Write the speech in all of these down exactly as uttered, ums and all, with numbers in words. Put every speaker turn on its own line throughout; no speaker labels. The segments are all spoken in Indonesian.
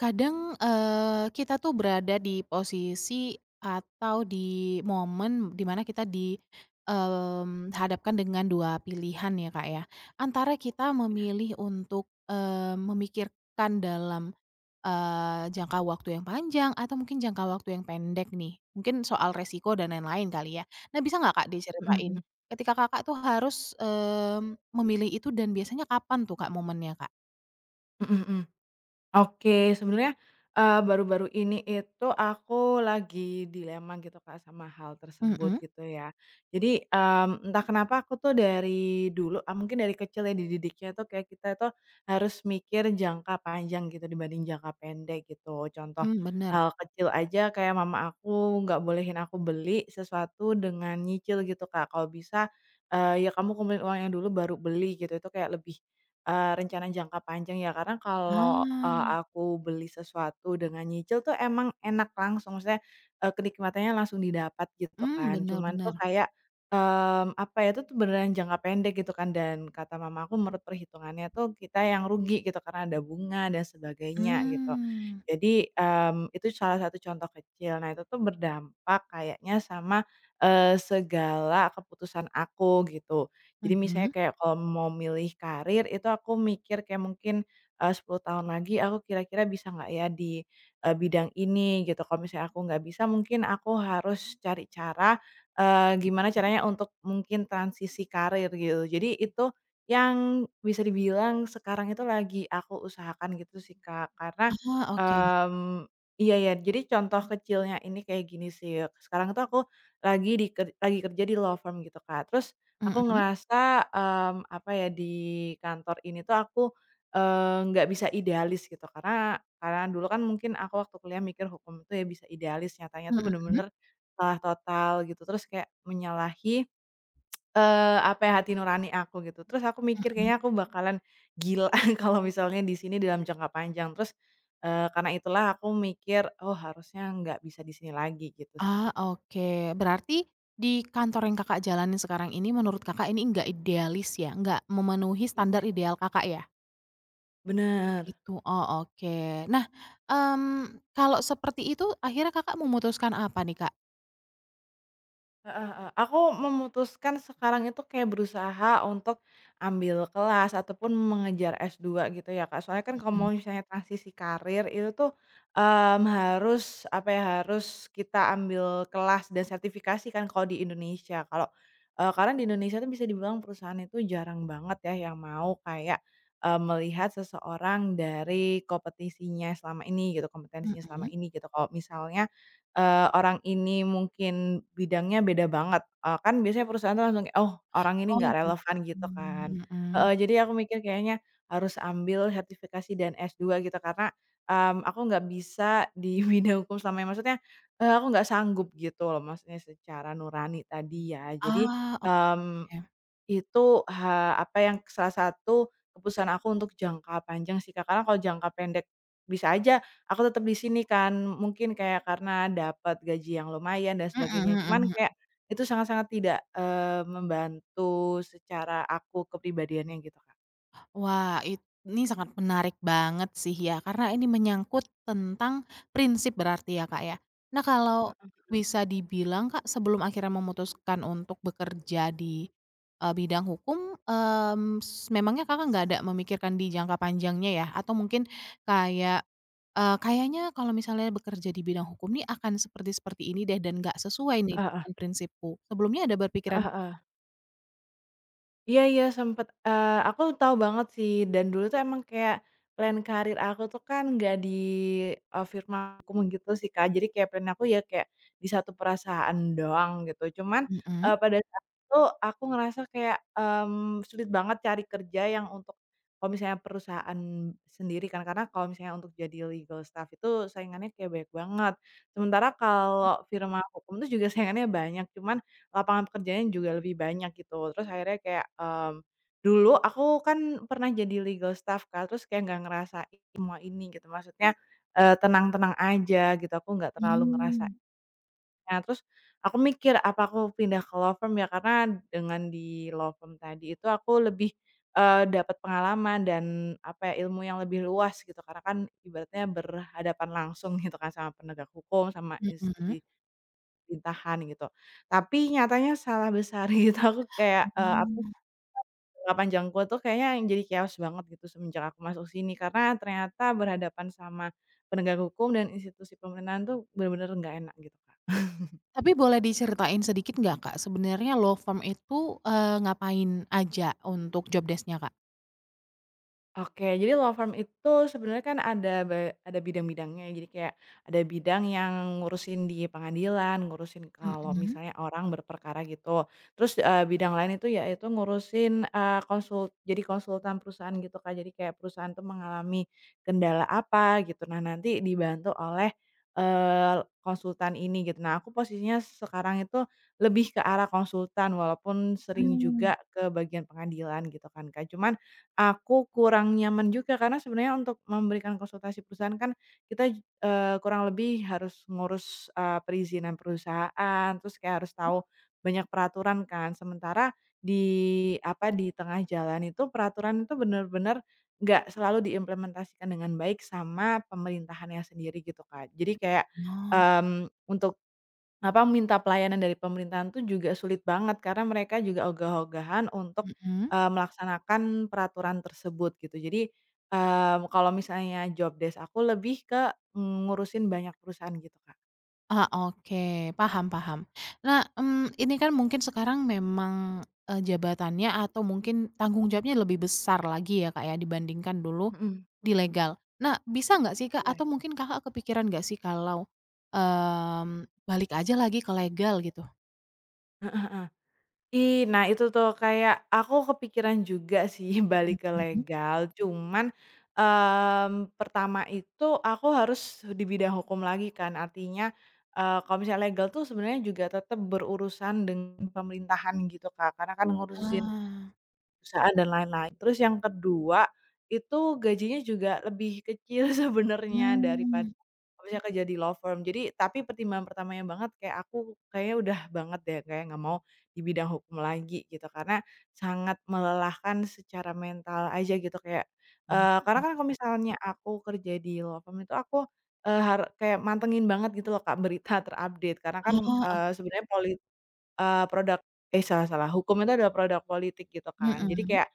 Kadang, eee, kita tuh berada di posisi atau di momen dimana kita dihadapkan dengan dua pilihan ya, Kak, ya. Antara kita memilih untuk, eee, memikirkan dalam, eee, jangka waktu yang panjang atau mungkin jangka waktu yang pendek nih, mungkin soal resiko dan lain-lain kali ya. Nah, bisa nggak, Kak,
Mhm
diceritain
mhm
ketika Kakak tuh harus, mmm, memilih itu dan biasanya kapan tuh, Kak, momennya, Kak?
mhm mhm. Oke, sebenarnya, eee, baru-baru ini itu aku lagi dilema gitu, Kak, sama hal tersebut
Mhm,
gitu ya. Jadi, mmm, entah kenapa aku tuh dari dulu, eee, mungkin dari kecil ya dididiknya tuh kayak kita tuh harus mikir jangka panjang gitu dibanding jangka pendek gitu. Contoh
mmm, bener.
hal kecil aja kayak mama aku nggak bolehin aku beli sesuatu dengan nyicil gitu, Kak. Kalau bisa, eee, ya kamu kumpulin uangnya dulu baru beli gitu, itu kayak lebih Eee, rencana jangka panjang ya, karena kalau, eee,
Ah.
aku beli sesuatu dengan nyicil tuh emang enak langsung, maksudnya, eee, kenikmatannya langsung didapat gitu
Mmm,
kan.
bener
Cuman tuh
bener.
kayak, mmm, apa ya, itu tuh beneran jangka pendek gitu kan dan kata mama aku menurut perhitungannya tuh kita yang rugi gitu karena ada bunga dan sebagainya gitu.
Mmm,
Jadi, mmm, itu salah satu contoh kecil. Nah itu tuh berdampak kayaknya sama, eee, segala keputusan aku gitu. Jadi misalnya
mhm.
kayak kalau mau milih karir itu aku mikir kayak mungkin, eee, sepuluh tahun lagi aku kira-kira bisa nggak ya di, eee, bidang ini gitu. Kalau misalnya aku nggak bisa mungkin aku harus cari cara, eee, gimana caranya untuk mungkin transisi karir gitu. Jadi itu yang bisa dibilang sekarang itu lagi aku usahakan gitu sih, Kak. Karena,
Ah, oke.
mmm, iya ya, jadi contoh kecilnya ini kayak gini sih, sekarang tuh aku lagi di ker lagi kerja di law firm gitu, Kak. Terus, aku
Mhm
ngerasa, mmm, apa ya, di kantor ini tuh aku, eee, nggak bisa idealis gitu karena karena dulu kan mungkin aku waktu kuliah mikir hukum itu ya bisa idealis, nyatanya tuh
mhm
bener-bener salah total gitu. Terus kayak menyalahi, eee, apa ya, hati nurani aku gitu. Terus aku mikir
mhm.
kayaknya aku bakalan gila kalau misalnya di sini dalam jangka panjang. Terus, eee, karena itulah aku mikir, "Oh harusnya nggak bisa di sini lagi," gitu sih.
Ah, oke. Berarti di kantor yang Kakak jalanin sekarang ini menurut Kakak ini nggak idealis ya, nggak memenuhi standar ideal Kakak ya?
Bener.
Gitu, oh oke. Nah, mmm, kalau seperti itu akhirnya Kakak memutuskan apa nih, Kak?
Heeh heeh. Aku memutuskan sekarang itu kayak berusaha untuk ambil kelas ataupun mengejar s dua gitu ya, Kak. Soalnya kan kalau mau
Mhm
misalnya transisi karir itu tuh, mmm, harus apa ya, harus kita ambil kelas dan sertifikasi kan kalau di Indonesia. Kalau, eee, karena di Indonesia tuh bisa dibilang perusahaan itu jarang banget ya yang mau kayak, eee, melihat seseorang dari kompetisinya selama ini gitu, kompetensinya selama
mhm.
ini gitu. Kalau misalnya eee, orang ini mungkin bidangnya beda banget, eee, kan biasanya perusahaan tuh langsung, kayak, "Oh, orang ini
Oh
nggak
gitu,
relevan," gitu kan.
mhm.
Heeh, jadi aku mikir kayaknya harus ambil sertifikasi dan s dua gitu karena, mmm, aku nggak bisa di bidang hukum selama ini, maksudnya, eee, aku nggak sanggup gitu loh maksudnya secara nurani tadi ya. Jadi,
Ah, oke.
mmm itu, ha apa yang salah satu keputusan aku untuk jangka panjang sih, Kak, karena kalau jangka pendek bisa aja aku tetap di sini kan, mungkin kayak karena dapat gaji yang lumayan dan
Mhm
sebagainya.
mhm
Cuman kayak
mhm.
itu sangat-sangat tidak, eee, membantu secara aku kepribadiannya gitu, Kak.
Wah, it ini sangat menarik banget sih ya, karena ini menyangkut tentang prinsip berarti ya, Kak, ya. Nah, kalau
Heeh.
bisa dibilang, Kak, sebelum akhirnya memutuskan untuk bekerja di, eee, bidang hukum, mmm, s memangnya Kakak nggak ada memikirkan di jangka panjangnya ya? Atau mungkin kayak, eee, "Kayaknya kalau misalnya bekerja di bidang hukum nih akan seperti-seperti ini deh dan nggak sesuai nih
Heeh
dengan prinsipku." Sebelumnya ada berpikiran
heeh
gitu,
heeh.
Kak?
Iya iya sempet, eee, aku tahu banget sih dan dulu tuh emang kayak plan karir aku tuh kan nggak di, eee, firma hukum gitu sih, Kak. Jadi kayak plan aku ya kayak di satu perusahaan doang gitu. Cuman,
Mhm.
eee, pada saat itu aku ngerasa kayak, mmm, sulit banget cari kerja yang untuk kalau misalnya perusahaan sendiri kan, karena kalau misalnya untuk jadi legal staff itu saingannya kayak banyak banget. Sementara kalau firma hukum tuh juga saingannya banyak, cuman lapangan pekerjaannya juga lebih banyak gitu. Terus akhirnya kayak, mmm, dulu aku kan pernah jadi legal staff Kak, terus kayak nggak ngerasain semua ini gitu, maksudnya, eee, tenang-tenang aja gitu, aku nggak terlalu
Mmm.
ngerasainnya. Terus aku mikir, "Apa aku pindah ke law firm ya?" Karena dengan di law firm tadi itu aku lebih, eee, dapat pengalaman dan apa ya, ilmu yang lebih luas gitu, karena kan ibaratnya berhadapan langsung gitu kan sama penegak hukum, sama
Mhm.
insti pemerintahan gitu. Tapi nyatanya salah besar gitu, aku kayak, eee, apa,
Oh.
jangka panjangku tuh kayaknya yang jadi chaos banget gitu semenjak aku masuk sini, karena ternyata berhadapan sama penegak hukum dan institusi pemerintahan tuh benar-benar nggak enak gitu kan.
Tapi boleh diceritain sedikit nggak, Kak, sebenarnya law firm itu, eee, ngapain aja untuk job desk-nya, Kak?
Oke, jadi law firm itu sebenarnya kan ada ba ada bidang-bidangnya ya. Jadi kayak ada bidang yang ngurusin di pengadilan, ngurusin kalau
Mhm.
misalnya orang berperkara gitu. Terus, eee, bidang lain itu yaitu ngurusin, eee, konsul jadi konsultan perusahaan gitu, Kak. Jadi kayak perusahaan tuh mengalami kendala apa gitu, nah nanti dibantu oleh, eee, konsultan ini gitu. Nah aku posisinya sekarang itu lebih ke arah konsultan walaupun sering
Mmm.
juga ke bagian pengadilan gitu kan, Kak. Cuman aku kurang nyaman juga karena sebenarnya untuk memberikan konsultasi perusahaan kan kita, eee, kurang lebih harus ngurus, eee, perizinan perusahaan, terus kayak harus tahu banyak peraturan kan. Sementara di, apa, di tengah jalan itu peraturan itu benar-benar nggak selalu diimplementasikan dengan baik sama pemerintahannya sendiri gitu, Kak. Jadi kayak,
Oh,
mmm, untuk kenapa minta pelayanan dari pemerintahan tuh juga sulit banget, karena mereka juga ogah-ogahan untuk,
mhm.
eee, melaksanakan peraturan tersebut gitu. Jadi, mmm, kalau misalnya job desk aku lebih ke mmm, ngurusin banyak perusahaan gitu, Kak.
Ah, oke, paham paham. Nah, mmm, ini kan mungkin sekarang memang, eee, jabatannya atau mungkin tanggung jawabnya lebih besar lagi ya, Kak, ya, dibandingkan dulu
Mhm.
di legal. Nah, bisa nggak sih, Kak,
Iya.
atau mungkin Kakak kepikiran nggak sih kalau, mmm, balik aja lagi ke legal gitu?
Ih, nah itu tuh kayak aku kepikiran juga sih balik ke
Mhm.
legal, cuman, mmm, pertama itu aku harus di bidang hukum lagi kan, artinya, eee, kalau misalnya legal tuh sebenarnya juga tetap berurusan dengan pemerintahan gitu Kak, karena kan ngurusin
Ah,
perusahaan dan lain-lain. Terus yang kedua, itu gajinya juga lebih kecil sebenarnya daripada
mmm.
kalau misalnya kerja di law firm. Jadi tapi pertimbangan pertamanya banget kayak aku kayaknya udah banget deh, kayak nggak mau di bidang hukum lagi gitu, karena sangat melelahkan secara mental aja gitu kayak,
Mmm,
eee, karena kan kalau misalnya aku kerja di law firm itu aku, eee, har kayak mantengin banget gitu loh, Kak, berita terupdate karena kan,
oh, oke,
eee, sebenarnya polit eee, produk eh, salah salah, hukum itu adalah produk politik gitu kan. Jadi
mhm,
kayak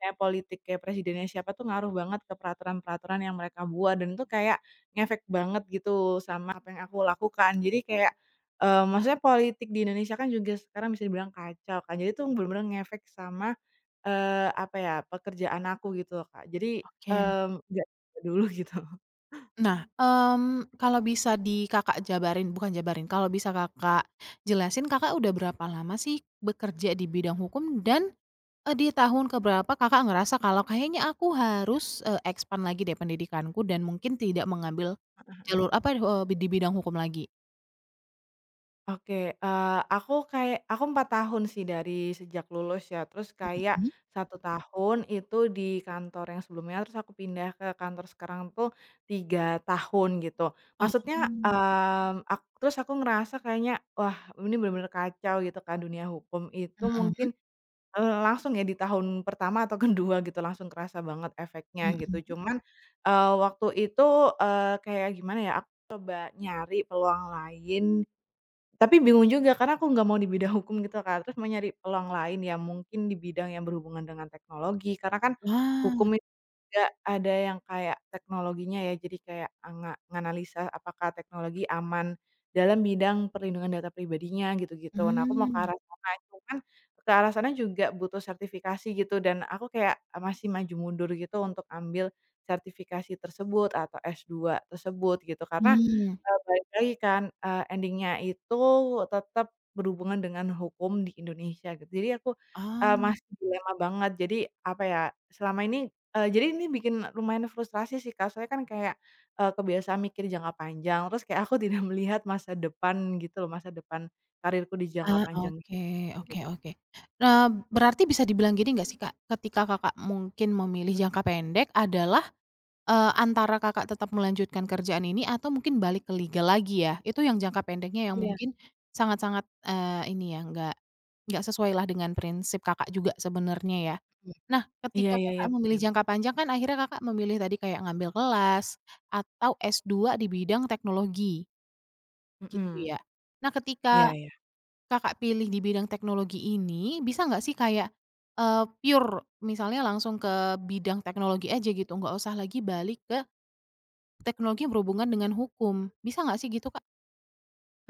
kayak politik, kayak presidennya siapa tuh ngaruh banget ke peraturan-peraturan yang mereka buat dan itu kayak ngefek banget gitu sama apa yang aku lakukan. Jadi kayak, eee, maksudnya politik di Indonesia kan juga sekarang bisa dibilang kacau kan, jadi tuh bener-bener ngefek sama, eee, apa ya, pekerjaan aku gitu loh, Kak. Jadi,
oke.
mmm, nggak dulu gitu.
Nah, mmm, kalau bisa di Kakak jabarin bukan jabarin, kalau bisa Kakak jelasin, Kakak udah berapa lama sih bekerja di bidang hukum dan, eee, di tahun ke berapa Kakak ngerasa kalau kayaknya aku harus, eee, expand lagi deh pendidikanku dan mungkin tidak mengambil jalur apa, eee, di bidang hukum lagi?
Oke, eee, aku kayak aku empat tahun sih dari sejak lulus ya, terus kayak
Mhm,
satu tahun itu di kantor yang sebelumnya, terus aku pindah ke kantor sekarang tuh tiga tahun gitu.
oh,
Maksudnya,
mhm
mmm, ak terus aku ngerasa kayaknya, wah ini bener-bener kacau gitu kan dunia hukum itu mungkin, eee, langsung ya di tahun pertama atau kedua gitu langsung kerasa banget efeknya gitu.
mhm.
Cuman, eee, waktu itu, eee, kayak gimana ya, aku coba nyari peluang lain tapi bingung juga karena aku nggak mau di bidang hukum gitu kan terus mau nyari peluang lain ya mungkin di bidang yang berhubungan dengan teknologi karena kan
Wah,
hukum itu juga ada yang kayak teknologinya ya, jadi kayak anga nganalisa apakah teknologi aman dalam bidang perlindungan data pribadinya gitu-gitu. Nah aku mau ke
mmm,
arah sana, cuman ke arah sana juga butuh sertifikasi gitu dan aku kayak masih maju mundur gitu untuk ambil sertifikasi tersebut atau s dua tersebut gitu, karena
mmm,
Eee, balik lagi kan, eee, ending-nya itu tetap berhubungan dengan hukum di Indonesia gitu. Jadi aku, eee,
oh.
masih dilema banget. Jadi apa ya, selama ini eee, jadi ini bikin lumayan frustrasi sih Kak, soalnya kan kayak, eee, kebiasaan mikir jangka panjang, terus kayak aku tidak melihat masa depan gitu loh, masa depan karirku di jangka
Ah,
panjang gitu.
oke oke oke. Nah, berarti bisa dibilang gini nggak sih, Kak, ketika Kakak mungkin memilih jangka pendek adalah, eee, antara Kakak tetap melanjutkan kerjaan ini atau mungkin balik ke liga lagi ya? Itu yang jangka pendeknya yang
Iya,
mungkin sangat-sangat, eee, ini ya, nggak nggak sesuai lah dengan prinsip Kakak juga sebenarnya ya.
mhm.
Nah,
Iya
ketika
iya
Kakak
iya,
memilih
bener.
jangka panjang kan akhirnya Kakak memilih tadi kayak ngambil kelas atau s dua di bidang teknologi, gitu
Mhm,
ya. Nah,
iya
ketika
iya.
Kakak pilih di bidang teknologi ini, bisa nggak sih kayak, eee, pure misalnya langsung ke bidang teknologi aja gitu, nggak usah lagi balik ke teknologi yang berhubungan dengan hukum, bisa nggak sih gitu, Kak?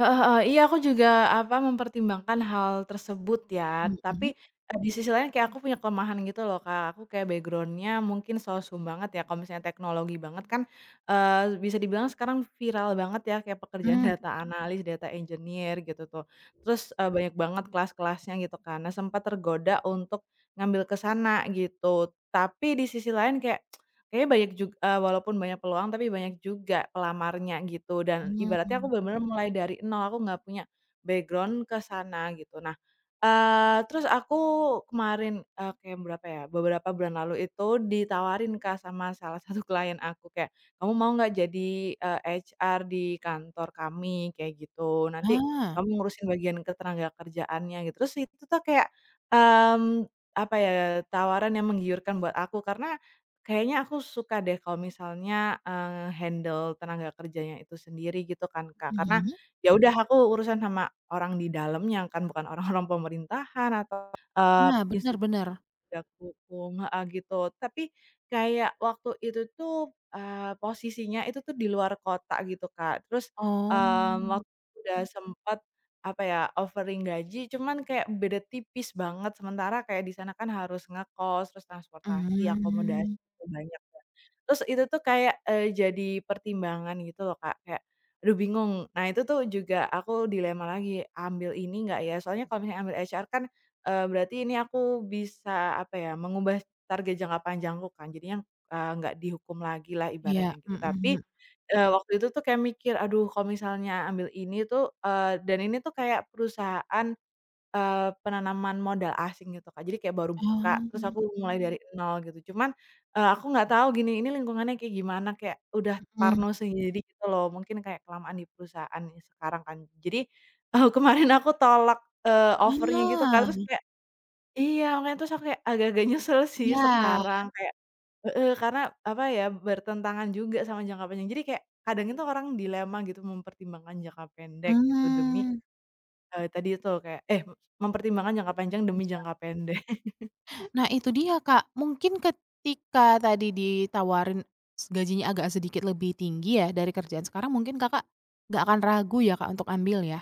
Heeh heeh. Iya, aku juga, apa, mempertimbangkan hal tersebut ya.
Mhm,
Tapi, eee, di sisi lain kayak aku punya kelemahan gitu loh, Kak. Aku kayak backgroundnya mungkin sosum banget ya, kalau misalnya teknologi banget kan, eee, bisa dibilang sekarang viral banget ya, kayak pekerjaan
mmm,
data analis, data engineer gitu tuh. Terus, eee, banyak banget kelas-kelasnya gitu kan. Nah, sempat tergoda untuk ngambil ke sana gitu. Tapi di sisi lain kayak kayaknya banyak juga, walaupun banyak peluang, tapi banyak juga pelamarnya gitu dan ibaratnya aku
mmm.
bener-bener mulai dari nol, aku nggak punya background ke sana gitu. Nah, eee, terus aku kemarin, eee, kayak berapa ya, beberapa bulan lalu itu ditawarin Kak sama salah satu klien aku kayak, "Kamu mau nggak jadi, eee, H R di kantor kami?" Kayak gitu, "Nanti
Ah.
kamu ngurusin bagian ketenaga kerjaannya," gitu. Terus itu tuh kayak, mmm, apa ya, tawaran yang menggiurkan buat aku karena kayaknya aku suka deh kalau misalnya, eee, handle tenaga kerjanya itu sendiri gitu kan, Kak. Karena
Mhm.
ya udah aku urusan sama orang di dalamnya kan, bukan orang-orang pemerintahan atau, eee,
Nah, bener
institusi
bener.
gak kukum, heeh, gitu. Tapi kayak waktu itu tuh, eee, posisinya itu tuh di luar kota gitu, Kak. Terus, mmm,
Oh,
waktu itu udah sempet, apa ya, offering gaji, cuman kayak beda tipis banget. Sementara kayak di sana kan harus ngekos, terus transportasi, akomodasi,
mmm,
itu banyak ya. Terus itu tuh kayak, eee, jadi pertimbangan gitu loh, Kak, kayak, aduh bingung. Nah itu tuh juga aku dilema lagi, ambil ini nggak ya? Soalnya kalau misalnya ambil H R kan Eee, berarti ini aku bisa, apa ya, mengubah target jangka panjangku kan, jadinya, eee, nggak dihukum lagi lah
iya,
ibaratnya gitu.
mhm
Tapi,
mhm.
eee, waktu itu tuh kayak mikir, aduh kalau misalnya ambil ini tuh, eee, dan ini tuh kayak perusahaan, eee, penanaman modal asing gitu, Kak. Jadi kayak baru buka,
Oh,
terus aku mulai dari nol gitu. Cuman, eee, aku nggak tahu gini, ini lingkungannya kayak gimana, kayak udah
mhm.
parno sendiri gitu loh, mungkin kayak kelamaan di perusahaan ini sekarang kan. Jadi, eee, kemarin aku tolak, eee, offer gitu, kan
Ah,
terus kayak iya, makanya terus aku kayak agak-agak nyesel sih
iya,
sekarang, kayak heeh, karena apa ya, bertentangan juga sama jangka panjang. Jadi kayak kadang itu orang dilema gitu mempertimbangkan jangka pendek gitu demi,
mmm.
eee, tadi itu kayak eh, mempertimbangkan jangka panjang demi
Panjang.
jangka pendek.
Nah itu dia Kak, mungkin ketika tadi ditawarin s gajinya agak sedikit lebih tinggi ya dari kerjaan sekarang mungkin Kakak nggak akan ragu ya Kak untuk ambil ya?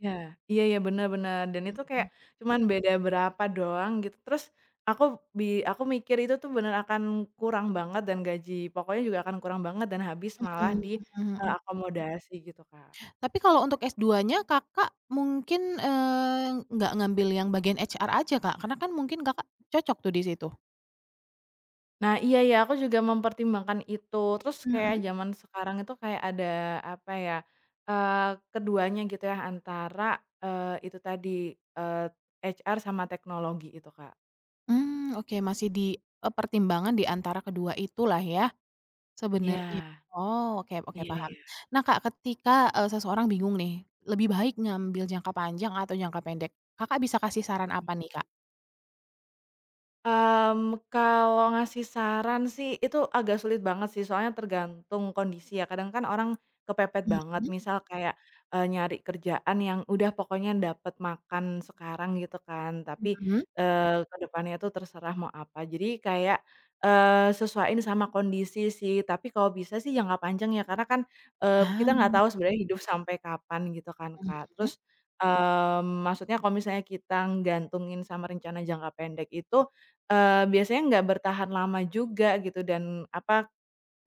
Iya, iya iya, bener bener, dan itu kayak
Mhm.
cuman beda berapa doang gitu. Terus aku bi aku mikir itu tuh bener akan kurang banget dan gaji pokoknya juga akan kurang banget dan habis malah
Mhm
di,
mhm
eee,
mhm.
akomodasi gitu, Kak.
Tapi kalau untuk es dua nya Kakak mungkin, eee, nggak ngambil yang bagian ha er aja Kak? Karena kan mungkin Kakak cocok tuh di situ?
Nah, iya ya, aku juga mempertimbangkan itu. Terus kayak
Mhm.
zaman sekarang itu kayak ada, apa ya, eee, keduanya gitu ya, antara, eee, itu tadi, eee, H R sama teknologi itu, Kak.
Mmm, oke masih di, eee, pertimbangan di antara kedua itulah ya? Sebenarnya.
Iya,
Oh, oke oke
iya
paham.
iya.
Nah, Kak, ketika, eee, seseorang bingung nih, lebih baik ngambil jangka panjang atau jangka pendek? Kakak bisa kasih saran apa nih, Kak?
Mmm, kalau ngasih saran sih itu agak sulit banget sih, soalnya tergantung kondisi ya, kadang kan orang kepepet banget,
Mhm
misal kayak, eee, nyari kerjaan yang udah pokoknya dapat makan sekarang gitu kan, tapi,
mhm.
eee, ke depannya tuh terserah mau apa. Jadi kayak, eee, sesuaiin sama kondisi sih, tapi kalau bisa sih jangka panjang ya, karena kan, eee,
Ah,
kita nggak
mhm.
tahu sebenarnya hidup sampai kapan gitu kan, Kak. Terus, mmm, maksudnya kalau misalnya kita nggantungin sama rencana jangka pendek itu, Eee, biasanya nggak bertahan lama juga gitu dan apa,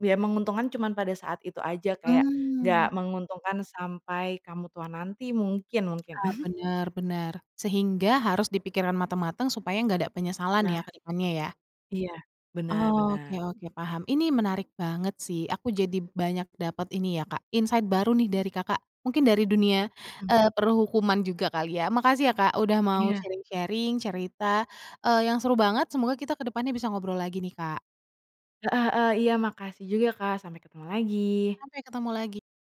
ya menguntungkan cuman pada saat itu aja kayak nggak
Mmm,
menguntungkan sampai kamu tua nanti mungkin mungkin.
ah, bener bener. Sehingga harus dipikirkan matang-matang supaya nggak ada penyesalan
Iya
ya ke depannya ya?
iya, benar
Oke
benar.
oke, paham. Ini menarik banget sih, aku jadi banyak dapat ini ya, Kak, insight baru nih dari Kakak, mungkin dari dunia,
Mhm,
eee, perhukuman juga kali ya. Makasih ya, Kak, udah mau
iya,
sharing-sharing cerita, eee, yang seru banget, semoga kita ke depannya bisa ngobrol lagi nih, Kak.
heeh heeh, iya makasih juga Kak, sampai ketemu lagi.
Sampai ketemu lagi.